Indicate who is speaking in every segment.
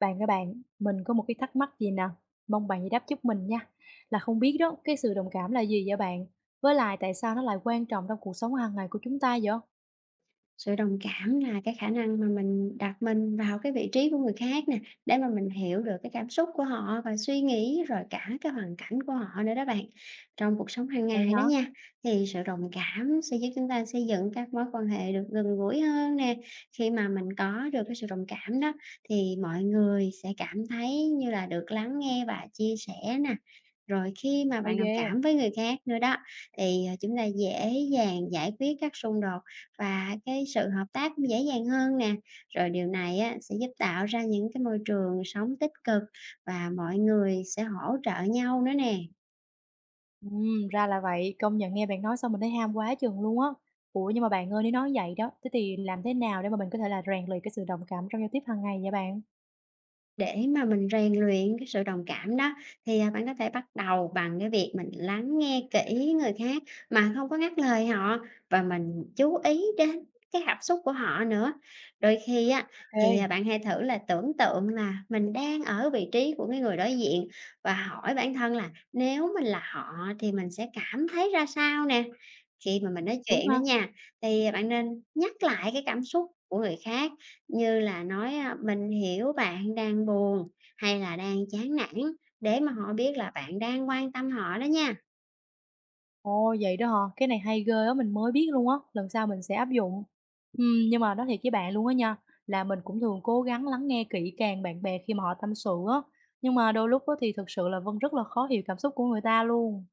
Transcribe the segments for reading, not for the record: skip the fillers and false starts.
Speaker 1: Các bạn, mình có một cái thắc mắc gì nè, mong bạn giải đáp giúp mình nha. Là không biết đó, cái sự đồng cảm là gì vậy bạn? Với lại tại sao nó lại quan trọng trong cuộc sống hàng ngày của chúng ta vậy?
Speaker 2: Sự đồng cảm là cái khả năng mà mình đặt mình vào cái vị trí của người khác nè, để mà mình hiểu được cái cảm xúc của họ và suy nghĩ, rồi cả cái hoàn cảnh của họ nữa đó bạn. Trong cuộc sống hàng
Speaker 1: Vậy
Speaker 2: ngày đó
Speaker 1: hả?
Speaker 2: nha, thì sự đồng cảm sẽ giúp chúng ta xây dựng các mối quan hệ được gần gũi hơn nè. Khi mà mình có được cái sự đồng cảm đó, thì mọi người sẽ cảm thấy như là được lắng nghe và chia sẻ nè, rồi khi mà
Speaker 1: Hay
Speaker 2: bạn đồng
Speaker 1: ghê.
Speaker 2: cảm với người khác nữa đó, thì, chúng ta dễ dàng giải quyết các xung đột và cái sự hợp tác cũng dễ dàng hơn nè. Rồi điều này á, sẽ giúp tạo ra những cái môi trường sống tích cực và mọi người sẽ hỗ trợ nhau nữa nè.
Speaker 1: Ra là vậy, công nhận nghe bạn nói xong mình thấy ham quá chừng luôn á. Ủa nhưng mà bạn ơi, nếu nói vậy đó, thế thì làm thế nào để mà mình có thể là rèn luyện cái sự đồng cảm trong giao tiếp hàng ngày vậy bạn?
Speaker 2: Để mà mình rèn luyện cái sự đồng cảm đó, thì, à, bạn có thể bắt đầu bằng cái việc mình lắng nghe kỹ người khác mà không có ngắt lời họ và mình chú ý đến cái cảm xúc của họ nữa. Đôi khi á, thì, à,
Speaker 1: Ok,
Speaker 2: bạn hãy thử là tưởng tượng là mình đang ở vị trí của cái người đối diện và hỏi bản thân là nếu mình là họ thì mình sẽ cảm thấy ra sao nè. Khi mà mình nói
Speaker 1: đúng
Speaker 2: chuyện đó
Speaker 1: ha?
Speaker 2: nha, thì bạn nên nhắc lại cái cảm xúc của người khác như là nói, a, "Mình hiểu bạn đang buồn" hay là "đang chán nản" để mà họ biết là bạn đang quan tâm họ đó nha.
Speaker 1: Ồ, vậy đó hả? Cái này hay ghê á, mình mới biết luôn á, lần sau mình sẽ áp dụng. Nhưng mà nói thiệt với bạn luôn á nha, là mình cũng thường cố gắng lắng nghe kỹ càng bạn bè khi mà họ tâm sự á, nhưng mà đôi lúc á thì thực sự là Vân rất là khó hiểu cảm xúc của người ta luôn.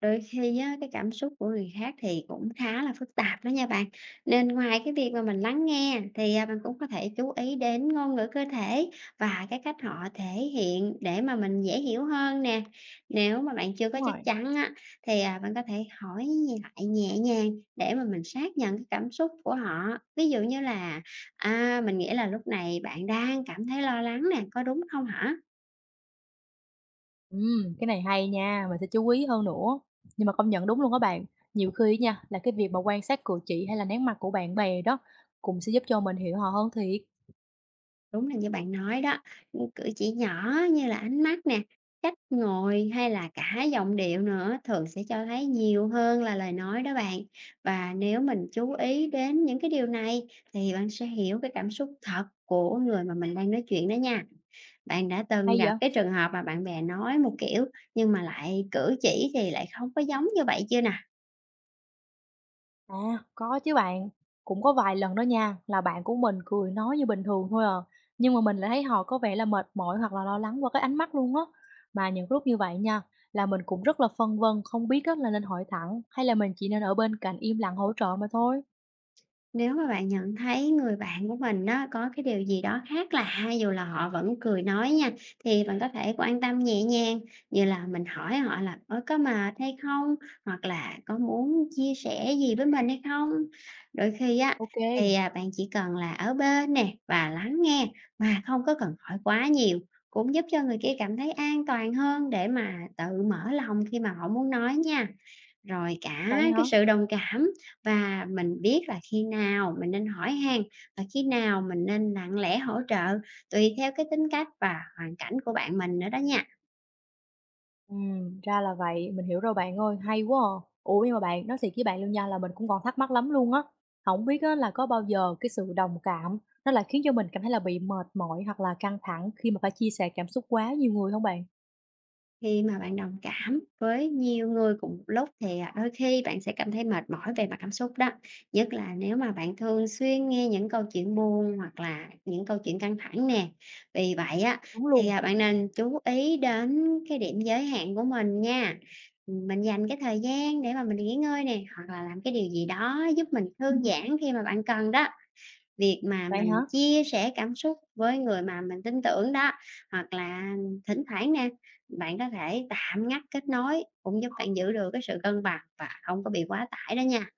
Speaker 2: Đôi khi á, cái cảm xúc của người khác thì cũng khá là phức tạp đó nha bạn. Nên ngoài cái việc mà mình lắng nghe thì, à, mình cũng có thể chú ý đến ngôn ngữ cơ thể và cái cách họ thể hiện để mà mình dễ hiểu hơn nè. Nếu mà bạn chưa có
Speaker 1: Đúng
Speaker 2: chắc
Speaker 1: rồi.
Speaker 2: chắn á, thì, à, bạn có thể hỏi lại nhẹ nhàng để mà mình xác nhận cái cảm xúc của họ. Ví dụ như là, à, mình nghĩ là lúc này bạn đang cảm thấy lo lắng nè, có đúng không hả?
Speaker 1: Cái này hay nha, mình sẽ chú ý hơn nữa. Nhưng mà công nhận đúng luôn các bạn, nhiều khi nha, là cái việc mà quan sát cử chỉ hay là nét mặt của bạn bè đó cũng sẽ giúp cho mình hiểu họ hơn thiệt.
Speaker 2: Đúng là như bạn nói đó, những cử chỉ nhỏ như là ánh mắt nè, cách ngồi hay là cả giọng điệu nữa thường sẽ cho thấy nhiều hơn là lời nói đó bạn. Và nếu mình chú ý đến những cái điều này thì bạn sẽ hiểu cái cảm xúc thật của người mà mình đang nói chuyện đó nha. Bạn đã từng
Speaker 1: Hay
Speaker 2: gặp
Speaker 1: vậy?
Speaker 2: cái trường hợp mà bạn bè nói một kiểu nhưng mà lại cử chỉ thì lại không có giống như vậy chưa nè?
Speaker 1: À, có chứ bạn. Cũng có vài lần đó nha, là bạn của mình cười nói như bình thường thôi à. Nhưng mà mình lại thấy họ có vẻ là mệt mỏi hoặc là lo lắng qua cái ánh mắt luôn á. Mà những lúc như vậy nha, là mình cũng rất là phân vân, không biết á, là nên hỏi thẳng hay là mình chỉ nên ở bên cạnh im lặng hỗ trợ mà thôi.
Speaker 2: Nếu mà bạn nhận thấy người bạn của mình đó có cái điều gì đó khác lạ dù là họ vẫn cười nói nha, thì bạn có thể quan tâm nhẹ nhàng như là mình hỏi họ là "Ơ, có mệt hay không?" hoặc là "Có muốn chia sẻ gì với mình hay không?" Đôi khi á,
Speaker 1: Ok,
Speaker 2: thì, à, bạn chỉ cần là ở bên nè và lắng nghe mà không có cần hỏi quá nhiều, cũng giúp cho người kia cảm thấy an toàn hơn để mà tự mở lòng khi mà họ muốn nói nha. Rồi cả
Speaker 1: vậy hả?
Speaker 2: cái sự đồng cảm và mình biết là khi nào mình nên hỏi han và khi nào mình nên lặng lẽ hỗ trợ tùy theo cái tính cách và hoàn cảnh của bạn mình nữa đó nha.
Speaker 1: Ừ, ra là vậy, mình hiểu rồi bạn ơi, hay quá à. Ủa, nhưng mà bạn, nói thiệt với bạn luôn nha là mình cũng còn thắc mắc lắm luôn á, không biết á là có bao giờ cái sự đồng cảm nó lại khiến cho mình cảm thấy là bị mệt mỏi hoặc là căng thẳng khi mà phải chia sẻ cảm xúc quá nhiều người không bạn?
Speaker 2: Khi mà bạn đồng cảm với nhiều người cùng một lúc thì, à, đôi khi bạn sẽ cảm thấy mệt mỏi về mặt cảm xúc đó, nhất là nếu mà bạn thường xuyên nghe những câu chuyện buồn hoặc là những câu chuyện căng thẳng nè. Vì vậy á,
Speaker 1: Đúng
Speaker 2: thì,
Speaker 1: luôn.
Speaker 2: à, bạn nên chú ý đến cái điểm giới hạn của mình nha. Mình dành cái thời gian để mà mình nghỉ ngơi nè, hoặc là làm cái điều gì đó giúp mình thư giãn khi mà bạn cần đó. Việc mà
Speaker 1: Vậy hả?
Speaker 2: mình chia sẻ cảm xúc với người mà mình tin tưởng đó, hoặc là thỉnh thoảng nè, bạn có thể tạm ngắt kết nối cũng giúp bạn giữ được cái sự cân bằng và không có bị quá tải đó nha.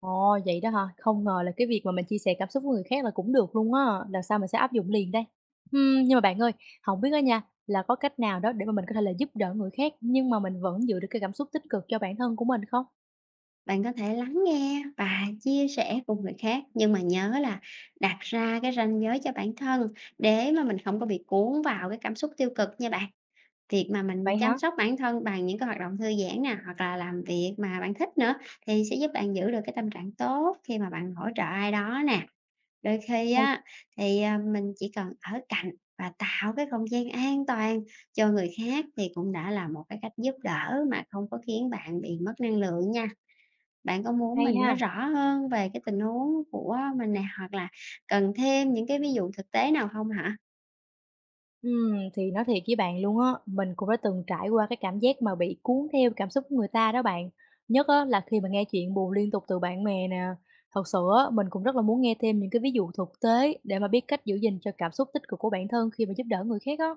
Speaker 1: Ồ, vậy đó hả? Không ngờ là cái việc mà mình chia sẻ cảm xúc với người khác là cũng được luôn á, lần sau mình sẽ áp dụng liền đây. Nhưng mà bạn ơi, không biết á nha, là có cách nào đó để mà mình có thể là giúp đỡ người khác nhưng mà mình vẫn giữ được cái cảm xúc tích cực cho bản thân của mình không?
Speaker 2: Bạn có thể lắng nghe và chia sẻ cùng người khác, nhưng mà nhớ là đặt ra cái ranh giới cho bản thân để mà mình không có bị cuốn vào cái cảm xúc tiêu cực nha bạn. Việc mà mình
Speaker 1: Vậy
Speaker 2: chăm
Speaker 1: hả?
Speaker 2: sóc bản thân bằng những cái hoạt động thư giãn nè, hoặc là làm việc mà bạn thích nữa thì sẽ giúp bạn giữ được cái tâm trạng tốt khi mà bạn hỗ trợ ai đó nè. Đôi khi
Speaker 1: Hay
Speaker 2: á thì, à, mình chỉ cần ở cạnh và tạo cái không gian an toàn cho người khác thì cũng đã là một cái cách giúp đỡ mà không có khiến bạn bị mất năng lượng nha. Bạn có muốn
Speaker 1: hay
Speaker 2: mình nói
Speaker 1: ha.
Speaker 2: rõ hơn về cái tình huống của mình nè, hoặc là cần thêm những cái ví dụ thực tế nào không hả?
Speaker 1: Thì nói thiệt với bạn luôn á, mình cũng đã từng trải qua cái cảm giác mà bị cuốn theo cảm xúc của người ta đó bạn. Nhất á là khi mà nghe chuyện buồn liên tục từ bạn bè nè. Thật sự á, mình cũng rất là muốn nghe thêm những cái ví dụ thực tế để mà biết cách giữ gìn cho cảm xúc tích cực của bản thân khi mà giúp đỡ người khác á.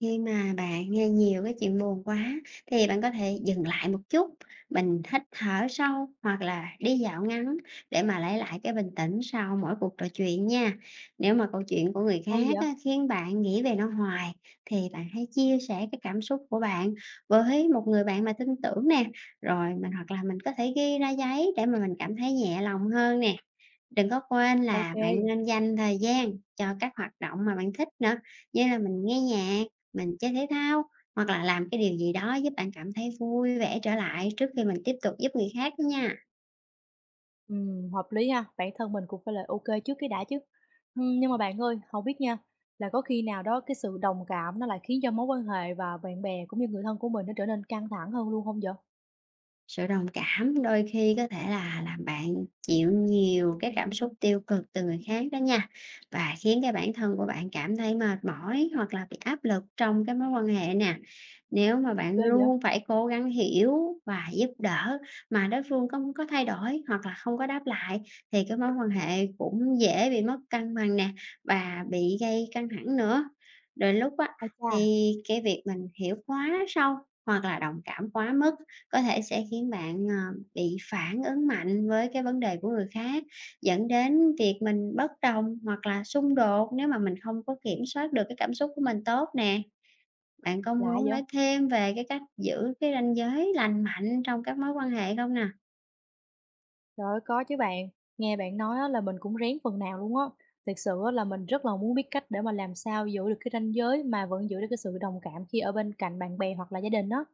Speaker 2: Khi mà bạn nghe nhiều cái chuyện buồn quá thì bạn có thể dừng lại một chút, mình hít thở sâu hoặc là đi dạo ngắn để mà lấy lại cái bình tĩnh sau mỗi cuộc trò chuyện nha. Nếu mà câu chuyện của người
Speaker 1: Hay
Speaker 2: khác
Speaker 1: vậy?
Speaker 2: á, khiến bạn nghĩ về nó hoài thì bạn hãy chia sẻ cái cảm xúc của bạn với một người bạn mà tin tưởng nè, rồi mình hoặc là mình có thể ghi ra giấy để mà mình cảm thấy nhẹ lòng hơn nè. Đừng có quên
Speaker 1: Ok.
Speaker 2: là bạn nên dành thời gian cho các hoạt động mà bạn thích nữa, như là mình nghe nhạc, mình chơi thể thao, hoặc là làm cái điều gì đó giúp bạn cảm thấy vui vẻ trở lại trước khi mình tiếp tục giúp người khác đó nha.
Speaker 1: Hợp lý ha. Bản thân mình cũng phải là ok trước cái đã chứ. Nhưng mà bạn ơi, không biết nha, là có khi nào đó cái sự đồng cảm nó lại khiến cho mối quan hệ và bạn bè cũng như người thân của mình nó trở nên căng thẳng hơn luôn không vậy?
Speaker 2: Sự đồng cảm đôi khi có thể là làm bạn chịu nhiều cái cảm xúc tiêu cực từ người khác đó nha, và khiến cái bản thân của bạn cảm thấy mệt mỏi hoặc là bị áp lực trong cái mối quan hệ nè. Nếu mà bạn
Speaker 1: Ghê vậy?
Speaker 2: luôn phải cố gắng hiểu và giúp đỡ mà đối phương không có thay đổi hoặc là không có đáp lại thì cái mối quan hệ cũng dễ bị mất cân bằng nè và bị gây căng thẳng nữa. Đôi lúc á
Speaker 1: Ai chà.
Speaker 2: thì cái việc mình hiểu quá sâu hoặc là đồng cảm quá mức có thể sẽ khiến bạn bị phản ứng mạnh với cái vấn đề của người khác, dẫn đến việc mình bất đồng hoặc là xung đột nếu mà mình không có kiểm soát được cái cảm xúc của mình tốt nè. Bạn có
Speaker 1: Lạ
Speaker 2: muốn
Speaker 1: vậy?
Speaker 2: nói thêm về cái cách giữ cái ranh giới lành mạnh trong các mối quan hệ không nè?
Speaker 1: Trời ơi, có chứ bạn. Nghe bạn nói á là mình cũng rén phần nào luôn á. Thật sự á là mình rất là muốn biết cách để mà làm sao giữ được cái ranh giới mà vẫn giữ được cái sự đồng cảm khi ở bên cạnh bạn bè hoặc là gia đình á.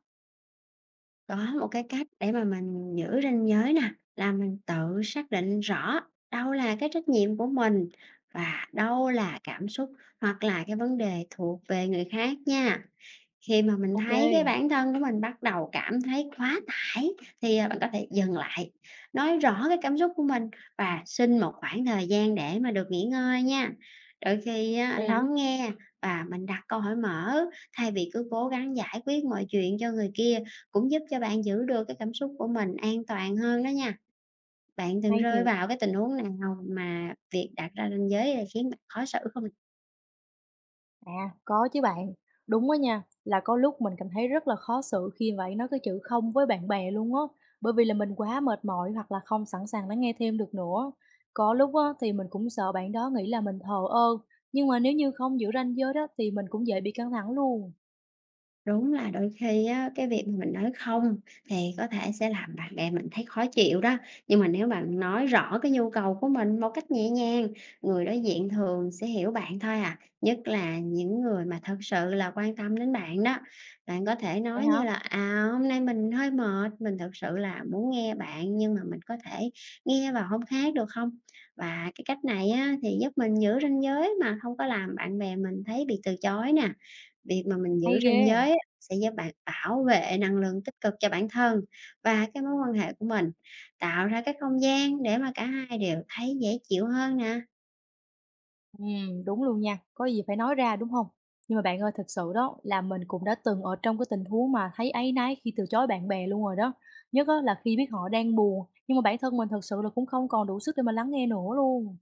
Speaker 2: Có một cái cách để mà mình giữ ranh giới nè, là mình tự xác định rõ đâu là cái trách nhiệm của mình và đâu là cảm xúc hoặc là cái vấn đề thuộc về người khác nha. Khi mà mình
Speaker 1: Ok,
Speaker 2: thấy cái bản thân của mình bắt đầu cảm thấy quá tải thì, à, bạn có thể dừng lại, nói rõ cái cảm xúc của mình và xin một khoảng thời gian để mà được nghỉ ngơi nha. Đôi khi á,
Speaker 1: vậy hả?
Speaker 2: lắng nghe và mình đặt câu hỏi mở thay vì cứ cố gắng giải quyết mọi chuyện cho người kia cũng giúp cho bạn giữ được cái cảm xúc của mình an toàn hơn đó nha. Bạn từng
Speaker 1: Hay
Speaker 2: rơi
Speaker 1: thiệt.
Speaker 2: vào cái tình huống nào mà việc đặt ra ranh giới là khiến bạn khó xử không?
Speaker 1: À, có chứ bạn. Đúng đó nha, là có lúc mình cảm thấy rất là khó xử khi vậy nói cái chữ không với bạn bè luôn á, bởi vì là mình quá mệt mỏi hoặc là không sẵn sàng lắng nghe thêm được nữa. Có lúc á, thì mình cũng sợ bạn đó nghĩ là mình thờ ơ, nhưng mà nếu như không giữ ranh giới đó thì mình cũng dễ bị căng thẳng luôn.
Speaker 2: Đúng là đôi khi á, cái việc mà mình nói "không" thì có thể sẽ làm bạn bè mình thấy khó chịu đó, nhưng mà nếu bạn nói rõ cái nhu cầu của mình một cách nhẹ nhàng, người đối diện thường sẽ hiểu bạn thôi à, nhất là những người mà thật sự là quan tâm đến bạn đó. Bạn có thể
Speaker 1: Vậy
Speaker 2: nói như
Speaker 1: hả?
Speaker 2: là "À, hôm nay mình hơi mệt, mình thực sự là muốn nghe bạn nhưng mà mình có thể nghe vào hôm khác được không?" Và cái cách này á, thì giúp mình giữ ranh giới mà không có làm bạn bè mình thấy bị từ chối nè. Việc mà mình giữ
Speaker 1: Hay ghê.
Speaker 2: ranh giới sẽ giúp bạn bảo vệ năng lượng tích cực cho bản thân và cái mối quan hệ của mình, tạo ra cái không gian để mà cả hai đều thấy dễ chịu hơn nè.
Speaker 1: Đúng luôn nha, có gì phải nói ra, đúng không? Nhưng mà bạn ơi, thật sự đó là mình cũng đã từng ở trong cái tình huống mà thấy áy náy khi từ chối bạn bè luôn rồi đó. Nhất á là khi biết họ đang buồn, nhưng mà bản thân mình thật sự là cũng không còn đủ sức để mà lắng nghe nữa luôn.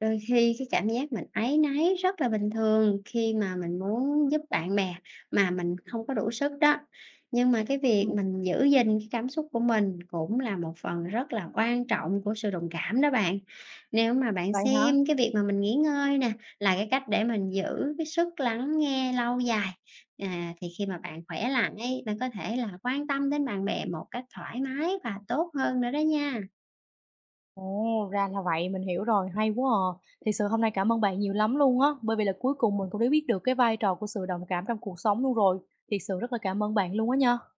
Speaker 2: Đôi khi cái cảm giác mình áy náy rất là bình thường khi mà mình muốn giúp bạn bè mà mình không có đủ sức đó. Nhưng mà cái việc
Speaker 1: Ừm.
Speaker 2: mình giữ gìn cái cảm xúc của mình cũng là một phần rất là quan trọng của sự đồng cảm đó bạn. Nếu mà bạn
Speaker 1: Vậy hả?
Speaker 2: xem cái việc mà mình nghỉ ngơi nè là cái cách để mình giữ cái sức lắng nghe lâu dài. À, thì khi mà bạn khỏe lại, bạn có thể là quan tâm đến bạn bè một cách thoải mái và tốt hơn nữa đó nha.
Speaker 1: Ồ, ra là vậy, mình hiểu rồi, hay quá à. Thì sự hôm nay cảm ơn bạn nhiều lắm luôn á, bởi vì là cuối cùng mình cũng đã biết được cái vai trò của sự đồng cảm trong cuộc sống luôn rồi. Thiệt sự rất là cảm ơn bạn luôn á nha.